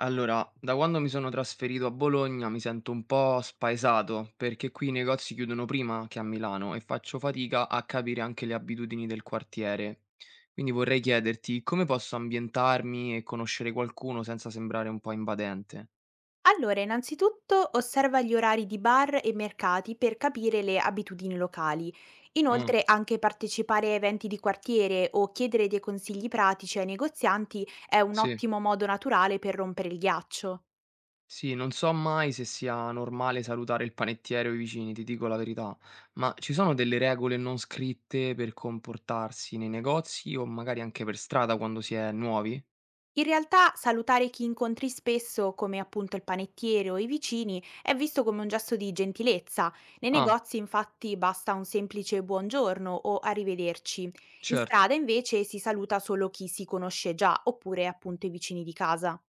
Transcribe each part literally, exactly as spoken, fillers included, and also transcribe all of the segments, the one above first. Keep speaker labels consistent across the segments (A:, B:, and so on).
A: Allora, da quando mi sono trasferito a Bologna mi sento un po' spaesato perché qui i negozi chiudono prima che a Milano e faccio fatica a capire anche le abitudini del quartiere. Quindi vorrei chiederti come posso ambientarmi e conoscere qualcuno senza sembrare un po' invadente.
B: Allora, innanzitutto osserva gli orari di bar e mercati per capire le abitudini locali.
A: Ah,
B: Inoltre, anche partecipare a eventi di quartiere o chiedere dei consigli pratici ai negozianti è un
A: sì.
B: ottimo modo naturale per rompere il ghiaccio.
A: Sì, non so mai se sia normale salutare il panettiere o i vicini, ti dico la verità, ma ci sono delle regole non scritte per comportarsi nei negozi o magari anche per strada quando si è nuovi?
B: In realtà salutare chi incontri spesso, come appunto il panettiere o i vicini, è visto come un gesto di gentilezza. Nei
A: Ah,
B: negozi infatti basta un semplice buongiorno o arrivederci. In
A: certo.
B: strada invece si saluta solo chi si conosce già, oppure appunto i vicini di casa.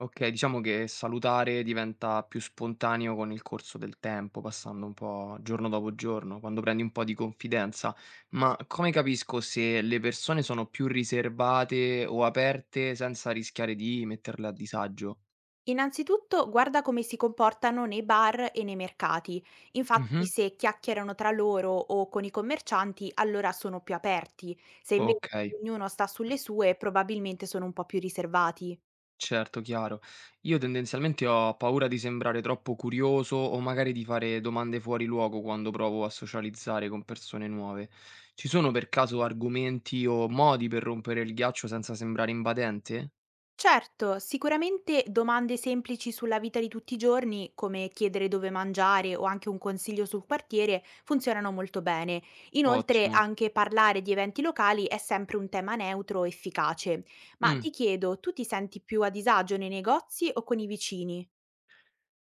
A: Okay, diciamo che salutare diventa più spontaneo con il corso del tempo, passando un po' giorno dopo giorno, quando prendi un po' di confidenza. Ma come capisco se le persone sono più riservate o aperte senza rischiare di metterle a disagio?
B: Innanzitutto guarda come si comportano nei bar e nei mercati. Infatti
A: Mh-mh.
B: se chiacchierano tra loro o con i commercianti, allora sono più aperti. Se invece
A: Okay.
B: ognuno sta sulle sue, probabilmente sono un po' più riservati.
A: Certo, chiaro. Io tendenzialmente ho paura di sembrare troppo curioso o magari di fare domande fuori luogo quando provo a socializzare con persone nuove. Ci sono per caso argomenti o modi per rompere il ghiaccio senza sembrare invadente?
B: Certo, sicuramente domande semplici sulla vita di tutti i giorni, come chiedere dove mangiare o anche un consiglio sul quartiere, funzionano molto bene. Inoltre,
A: Ottimo.
B: anche parlare di eventi locali è sempre un tema neutro, efficace. Ma
A: Mm.
B: ti chiedo, tu ti senti più a disagio nei negozi o con i vicini?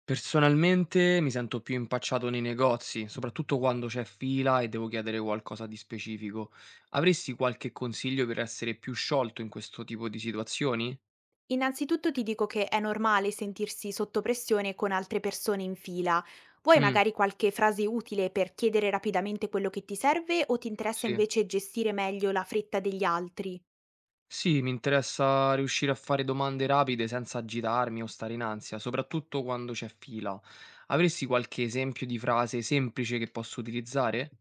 A: Personalmente mi sento più impacciato nei negozi, soprattutto quando c'è fila e devo chiedere qualcosa di specifico. Avresti qualche consiglio per essere più sciolto in questo tipo di situazioni?
B: Innanzitutto ti dico che è normale sentirsi sotto pressione con altre persone in fila. Vuoi
A: Mm,
B: magari qualche frase utile per chiedere rapidamente quello che ti serve o ti interessa
A: sì.
B: invece gestire meglio la fretta degli altri?
A: Sì, mi interessa riuscire a fare domande rapide senza agitarmi o stare in ansia, soprattutto quando c'è fila. Avresti qualche esempio di frase semplice che posso utilizzare?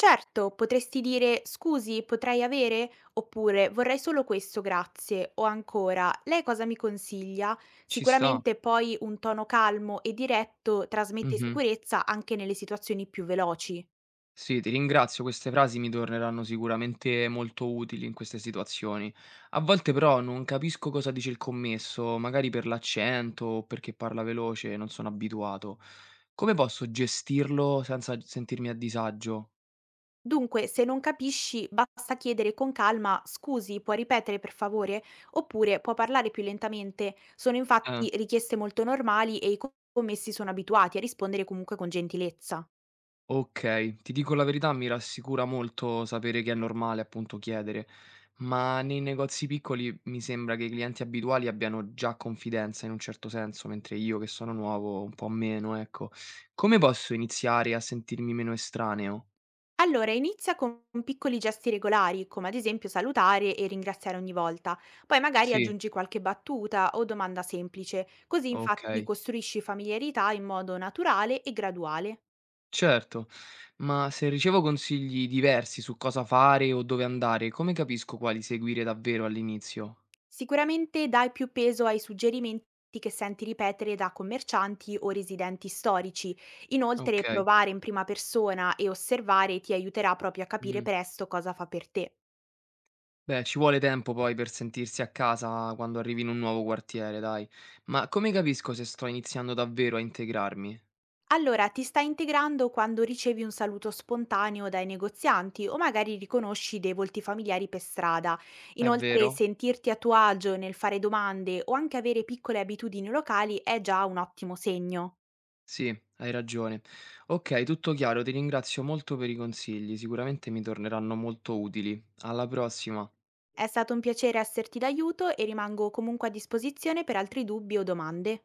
B: Certo, potresti dire scusi, potrei avere? Oppure vorrei solo questo, grazie. O ancora, lei cosa mi consiglia?
A: Ci sta.
B: Sicuramente poi un tono calmo e diretto trasmette
A: Mhm.
B: sicurezza anche nelle situazioni più veloci.
A: Sì, ti ringrazio, queste frasi mi torneranno sicuramente molto utili in queste situazioni. A volte però non capisco cosa dice il commesso, magari per l'accento o perché parla veloce, non sono abituato. Come posso gestirlo senza sentirmi a disagio?
B: Dunque, se non capisci, basta chiedere con calma: "Scusi, può ripetere per favore?" Oppure può parlare più lentamente. Sono infatti
A: Eh.
B: richieste molto normali e i co- commessi sono abituati a rispondere comunque con gentilezza.
A: Okay, ti dico la verità, mi rassicura molto sapere che è normale appunto chiedere, ma nei negozi piccoli mi sembra che i clienti abituali abbiano già confidenza in un certo senso, mentre io che sono nuovo un po' meno, ecco. Come posso iniziare a sentirmi meno estraneo?
B: Allora, inizia con piccoli gesti regolari, come ad esempio salutare e ringraziare ogni volta. Poi magari
A: Sì,
B: aggiungi qualche battuta o domanda semplice, così infatti
A: okay,
B: costruisci familiarità in modo naturale e graduale.
A: certo, ma se ricevo consigli diversi su cosa fare o dove andare, come capisco quali seguire davvero all'inizio?
B: Sicuramente dai più peso ai suggerimenti che senti ripetere da commercianti o residenti storici. Inoltre,
A: Okay,
B: provare in prima persona e osservare ti aiuterà proprio a capire
A: mh.
B: presto cosa fa per te.
A: Beh, ci vuole tempo poi per sentirsi a casa quando arrivi in un nuovo quartiere, dai. Ma come capisco se sto iniziando davvero a integrarmi?
B: Allora, ti sta integrando quando ricevi un saluto spontaneo dai negozianti o magari riconosci dei volti familiari per strada.
A: È
B: Inoltre,
A: vero?
B: sentirti a tuo agio nel fare domande o anche avere piccole abitudini locali è già un ottimo segno.
A: Sì, hai ragione. Ok, tutto chiaro, ti ringrazio molto per i consigli, sicuramente mi torneranno molto utili. Alla prossima.
B: È stato un piacere esserti d'aiuto e rimango comunque a disposizione per altri dubbi o domande.